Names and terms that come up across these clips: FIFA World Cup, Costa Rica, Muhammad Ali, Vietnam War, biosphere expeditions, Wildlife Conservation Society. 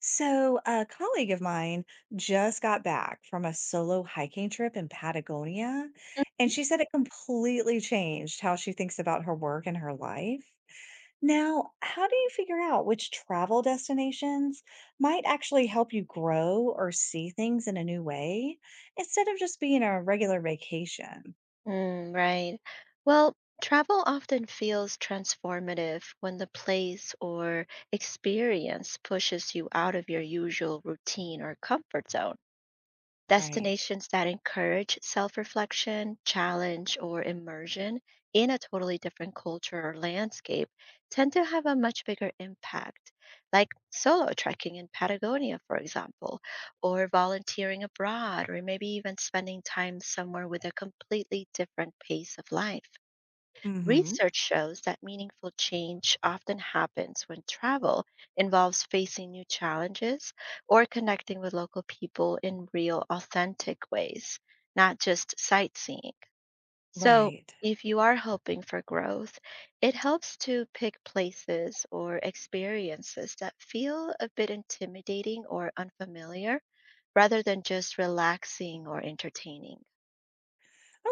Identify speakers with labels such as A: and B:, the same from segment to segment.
A: So, a colleague of mine just got back from a solo hiking trip in Patagonia, and she said it completely changed how she thinks about her work and her life. Now, how do you figure out which travel destinations might actually help you grow or see things in a new way instead of just being a regular vacation?
B: Mm, right. Well, travel often feels transformative when the place or experience pushes you out of your usual routine or comfort zone.
A: Right.
B: Destinations that encourage self reflection, challenge, or immersion in a totally different culture or landscape tend to have a much bigger impact, like solo trekking in Patagonia, for example, or volunteering abroad, or maybe even spending time somewhere with a completely different pace of life.
A: Hmm.
B: Research shows that meaningful change often happens when travel involves facing new challenges or connecting with local people in real, authentic ways, not just sightseeing. So,
A: Right.
B: if you are hoping for growth, it helps to pick places or experiences that feel a bit intimidating or unfamiliar rather than just relaxing or entertaining.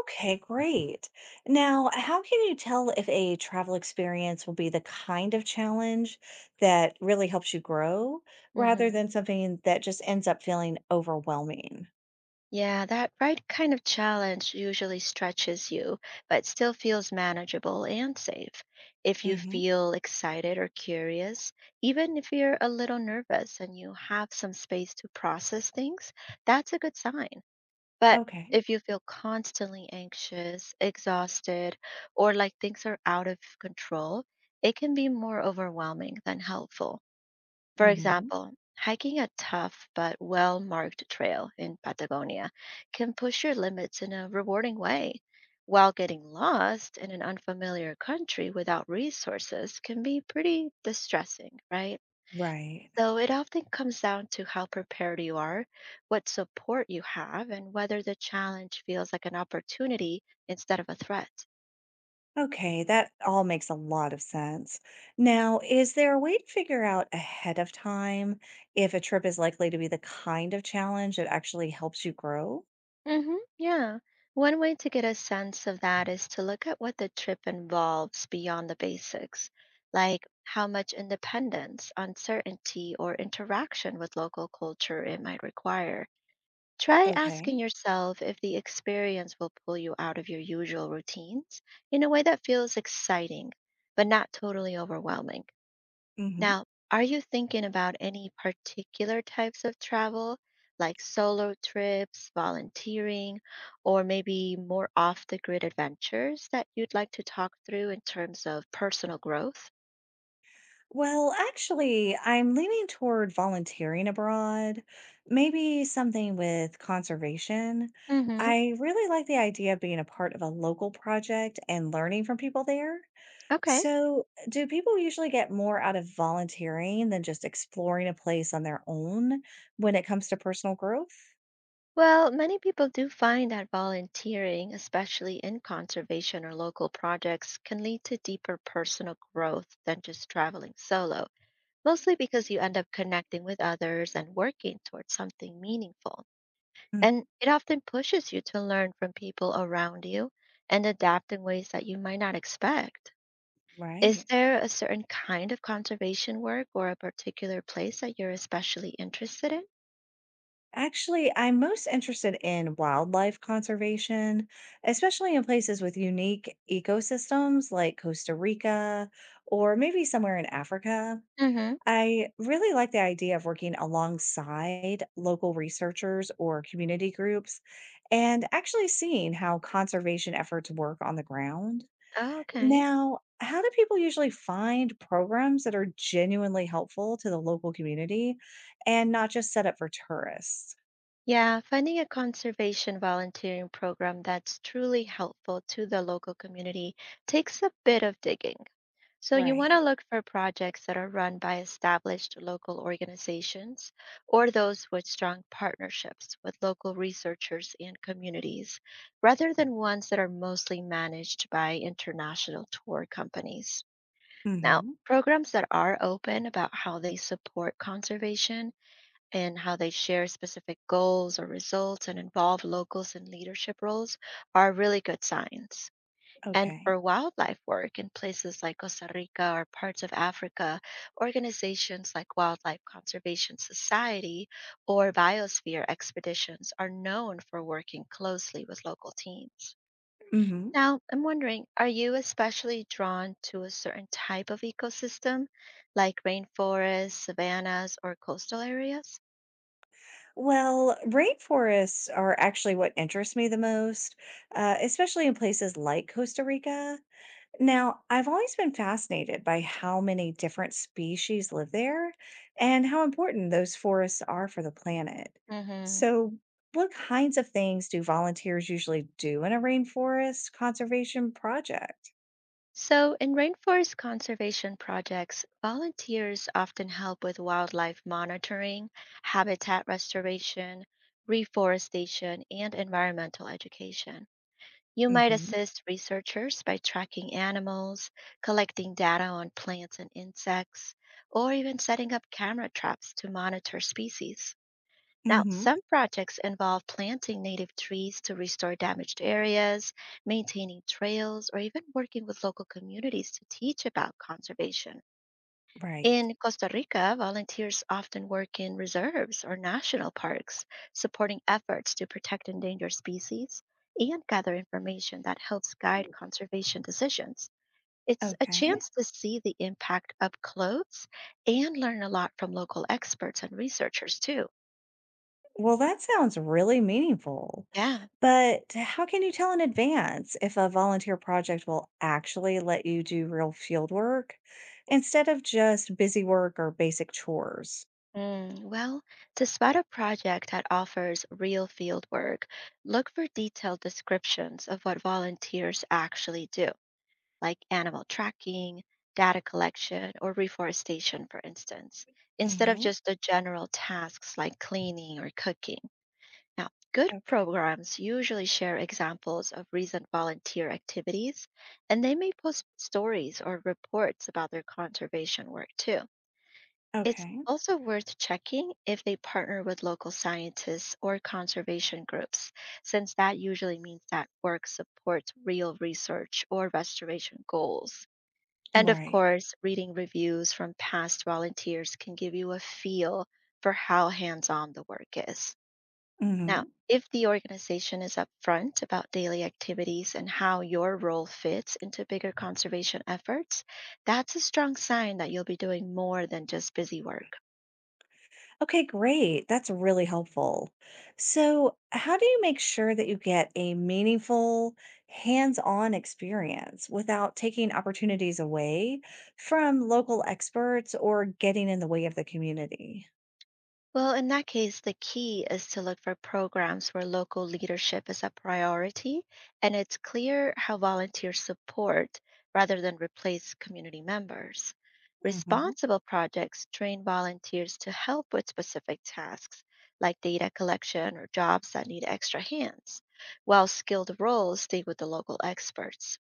A: Okay, great. Now, how can you tell if a travel experience will be the kind of challenge that really helps you grow rather
B: Mhm.
A: than something that just ends up feeling overwhelming?
B: Yeah, that right kind of challenge usually stretches you, but still feels manageable and safe. If you
A: Hmm.
B: feel excited or curious, even if you're a little nervous and you have some space to process things, that's a good sign. But
A: Okay.
B: if you feel constantly anxious, exhausted, or like things are out of control, it can be more overwhelming than helpful. For
A: Hmm.
B: example, hiking a tough but well marked trail in Patagonia can push your limits in a rewarding way, while getting lost in an unfamiliar country without resources can be pretty distressing, right?
A: Right.
B: So it often comes down to how prepared you are, what support you have, and whether the challenge feels like an opportunity instead of a threat.
A: Okay, that all makes a lot of sense. Now, is there a way to figure out ahead of time if a trip is likely to be the kind of challenge that actually helps you grow?
B: Mm-hmm. Yeah. One way to get a sense of that is to look at what the trip involves beyond the basics, like how much independence, uncertainty, or interaction with local culture it might require. Try
A: Okay.
B: asking yourself if the experience will pull you out of your usual routines in a way that feels exciting, but not totally overwhelming.
A: hmm
B: Now, are you thinking about any particular types of travel, like solo trips, volunteering, or maybe more off the grid adventures that you'd like to talk through in terms of personal growth?
A: Well, actually, I'm leaning toward volunteering abroad, maybe something with conservation.
B: Mm-hmm.
A: I really like the idea of being a part of a local project and learning from people there.
B: Okay.
A: So, do people usually get more out of volunteering than just exploring a place on their own when it comes to personal growth?
B: Well, many people do find that volunteering, especially in conservation or local projects, can lead to deeper personal growth than just traveling solo, mostly because you end up connecting with others and working towards something meaningful.
A: Mhm.
B: And it often pushes you to learn from people around you and adapt in ways that you might not expect. Is
A: Right.
B: there a certain kind of conservation work or a particular place that you're especially interested in?
A: Actually, I'm most interested in wildlife conservation, especially in places with unique ecosystems like Costa Rica or maybe somewhere in Africa.
B: Mm-hmm.
A: I really like the idea of working alongside local researchers or community groups and actually seeing how conservation efforts work on the ground.
B: Oh, okay.
A: Now, how do people usually find programs that are genuinely helpful to the local community and not just set up for tourists?
B: Yeah, finding a conservation volunteering program that's truly helpful to the local community takes a bit of digging. So you want to
A: Right.
B: look for projects that are run by established local organizations or those with strong partnerships with local researchers and communities, rather than ones that are mostly managed by international tour companies. Now,
A: Mhm.
B: programs that are open about how they support conservation and how they share specific goals or results and involve locals in leadership roles are really good signs. And
A: Okay.
B: for wildlife work in places like Costa Rica or parts of Africa, organizations like Wildlife Conservation Society or biosphere expeditions are known for working closely with local teams.
A: Mhm.
B: Now, I'm wondering, are you especially drawn to a certain type of ecosystem, like rainforests, savannas, or coastal areas?
A: Well, rainforests are actually what interests me the most, especially in places like Costa Rica. Now, I've always been fascinated by how many different species live there and how important those forests are for the planet.
B: Hmm.
A: So, what kinds of things do volunteers usually do in a rainforest conservation project?
B: So, in rainforest conservation projects, volunteers often help with wildlife monitoring, habitat restoration, reforestation, and environmental education. You might
A: Mhm.
B: assist researchers by tracking animals, collecting data on plants and insects, or even setting up camera traps to monitor species. Now,
A: Mhm.
B: some projects involve planting native trees to restore damaged areas, maintaining trails, or even working with local communities to teach about conservation.
A: Right.
B: In Costa Rica, volunteers often work in reserves or national parks, supporting efforts to protect endangered species and gather information that helps guide conservation decisions. It's a
A: Okay.
B: chance to see the impact up close and learn a lot from local experts and researchers, too.
A: Well, that sounds really meaningful.
B: Yeah.
A: But how can you tell in advance if a volunteer project will actually let you do real field work instead of just busy work or basic chores?
B: Mm, well, to spot a project that offers real field work, look for detailed descriptions of what volunteers actually do, like animal tracking, data collection, or reforestation, for instance, instead of
A: Hmm.
B: just the general tasks like cleaning or cooking. Now, good
A: Okay.
B: programs usually share examples of recent volunteer activities, and they may post stories or reports about their conservation work too. It's
A: Okay.
B: also worth checking if they partner with local scientists or conservation groups, since that usually means that work supports real research or restoration goals. And of
A: Right.
B: course, reading reviews from past volunteers can give you a feel for how hands on the work is. Now,
A: Hmm.
B: if the organization is upfront about daily activities and how your role fits into bigger conservation efforts, that's a strong sign that you'll be doing more than just busy work.
A: Okay, great. That's really helpful. So, how do you make sure that you get a meaningful, hands on experience without taking opportunities away from local experts or getting in the way of the community?
B: Well, in that case, the key is to look for programs where local leadership is a priority and it's clear how volunteers support rather than replace community members.
A: Hmm.
B: Responsible projects train volunteers to help with specific tasks like data collection or jobs that need extra hands, while skilled roles stay with the local experts.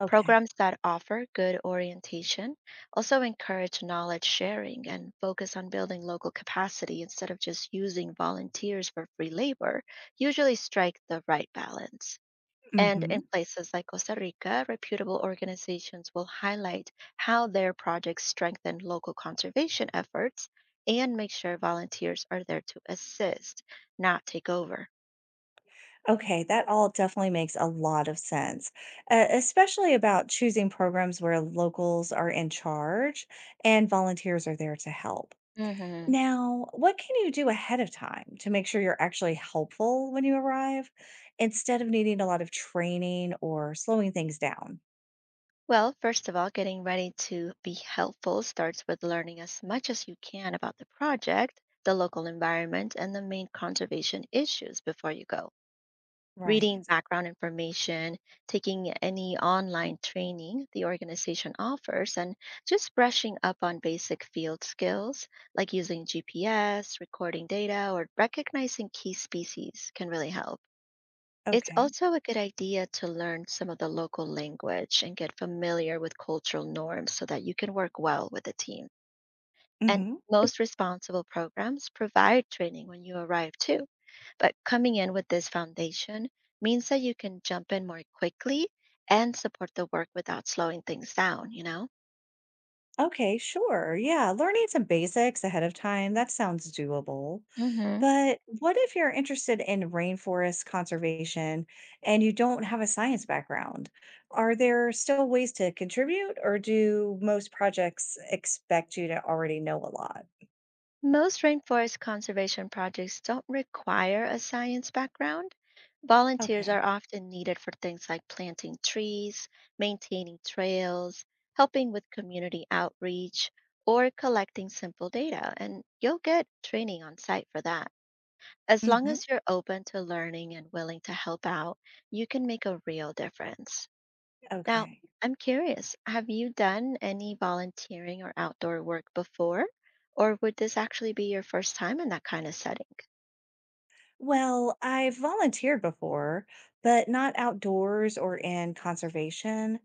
A: Okay.
B: Programs that offer good orientation also encourage knowledge sharing and focus on building local capacity instead of just using volunteers for free labor, usually strike the right balance. And
A: Hmm.
B: in places like Costa Rica, reputable organizations will highlight how their projects strengthen local conservation efforts and make sure volunteers are there to assist, not take over.
A: Okay, that all definitely makes a lot of sense, especially about choosing programs where locals are in charge and volunteers are there to help.
B: Mhm.
A: Now, what can you do ahead of time to make sure you're actually helpful when you arrive instead of needing a lot of training or slowing things down?
B: Well, first of all, getting ready to be helpful starts with learning as much as you can about the project, the local environment, and the main conservation issues before you go.
A: Right.
B: Reading background information, taking any online training the organization offers, and just brushing up on basic field skills like using GPS, recording data, or recognizing key species can really help. It's
A: Okay.
B: also a good idea to learn some of the local language and get familiar with cultural norms so that you can work well with the team. And
A: Hmm.
B: most responsible programs provide training when you arrive too. But coming in with this foundation means that you can jump in more quickly and support the work without slowing things down, you know?
A: Okay, sure. Yeah, learning some basics ahead of time, that sounds doable.
B: Hmm.
A: But what if you're interested in rainforest conservation and you don't have a science background? Are there still ways to contribute, or do most projects expect you to already know a lot?
B: Most rainforest conservation projects don't require a science background. Volunteers are
A: Okay.
B: often needed for things like planting trees, maintaining trails, helping with community outreach, or collecting simple data, and you'll get training on site for that. As long as you're open to learning and willing to help out, you can make a real difference. Now,
A: Okay.
B: I'm curious, have you done any volunteering or outdoor work before? Or would this actually be your first time in that kind of setting?
A: Well, I've volunteered before, but not outdoors or in conservation,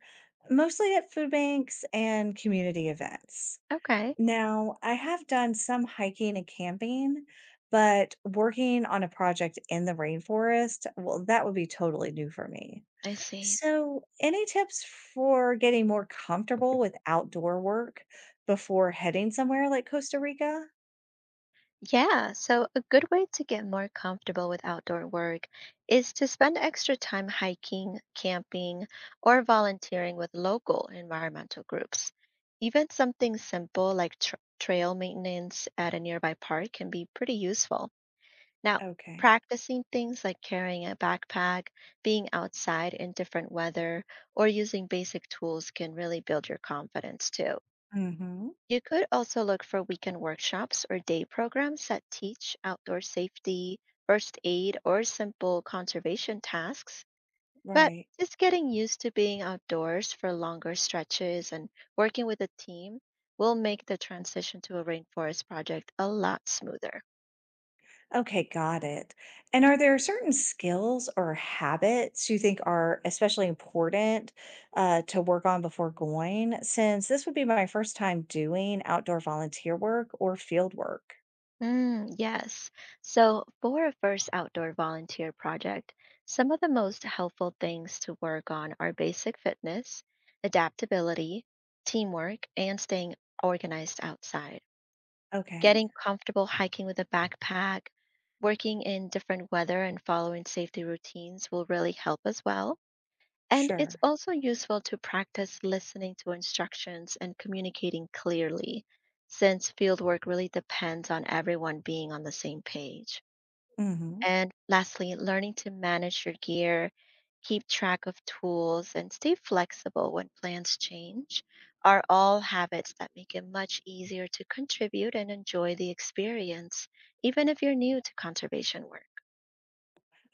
A: mostly at food banks and community events.
B: Okay,
A: Now, I have done some hiking and camping, but working on a project in the rainforest, well, that would be totally new for me.
B: I see.
A: So, any tips for getting more comfortable with outdoor work before heading somewhere like Costa Rica?
B: Yeah, so a good way to get more comfortable with outdoor work is to spend extra time hiking, camping, or volunteering with local environmental groups. Even something simple like tr trail maintenance at a nearby park can be pretty useful. Now,
A: Okay.
B: practicing things like carrying a backpack, being outside in different weather, or using basic tools can really build your confidence too.
A: Mm-hmm.
B: You could also look for weekend workshops or day programs that teach outdoor safety, first aid, or simple conservation tasks. But
A: Right.
B: just getting used to being outdoors for longer stretches and working with a team will make the transition to a rainforest project a lot smoother.
A: Okay, got it. And are there certain skills or habits you think are especially important to work on before going? Since this would be my first time doing outdoor volunteer work or field work.
B: Mm, yes. So, for a first outdoor volunteer project, some of the most helpful things to work on are basic fitness, adaptability, teamwork, and staying organized outside.
A: Okay,
B: Getting comfortable hiking with a backpack, working in different weather, and following safety routines will really help as well. And it's
A: sure.
B: also useful to practice listening to instructions and communicating clearly, since fieldwork really depends on everyone being on the same page.
A: Hmm.
B: And lastly, learning to manage your gear, keep track of tools, and stay flexible when plans change are all habits that make it much easier to contribute and enjoy the experience, even if you're new to conservation work.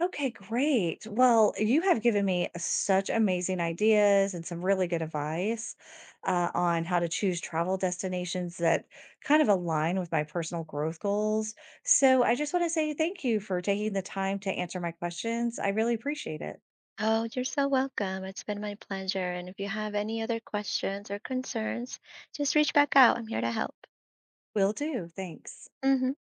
A: Okay, great. Well, you have given me such amazing ideas and some really good advice on how to choose travel destinations that kind of align with my personal growth goals. So I just want to say thank you for taking the time to answer my questions. I really appreciate it.
B: Oh, you're so welcome. It's been my pleasure. And if you have any other questions or concerns, just reach back out. I'm here to help.
A: Will do. Thanks.
B: Mhm.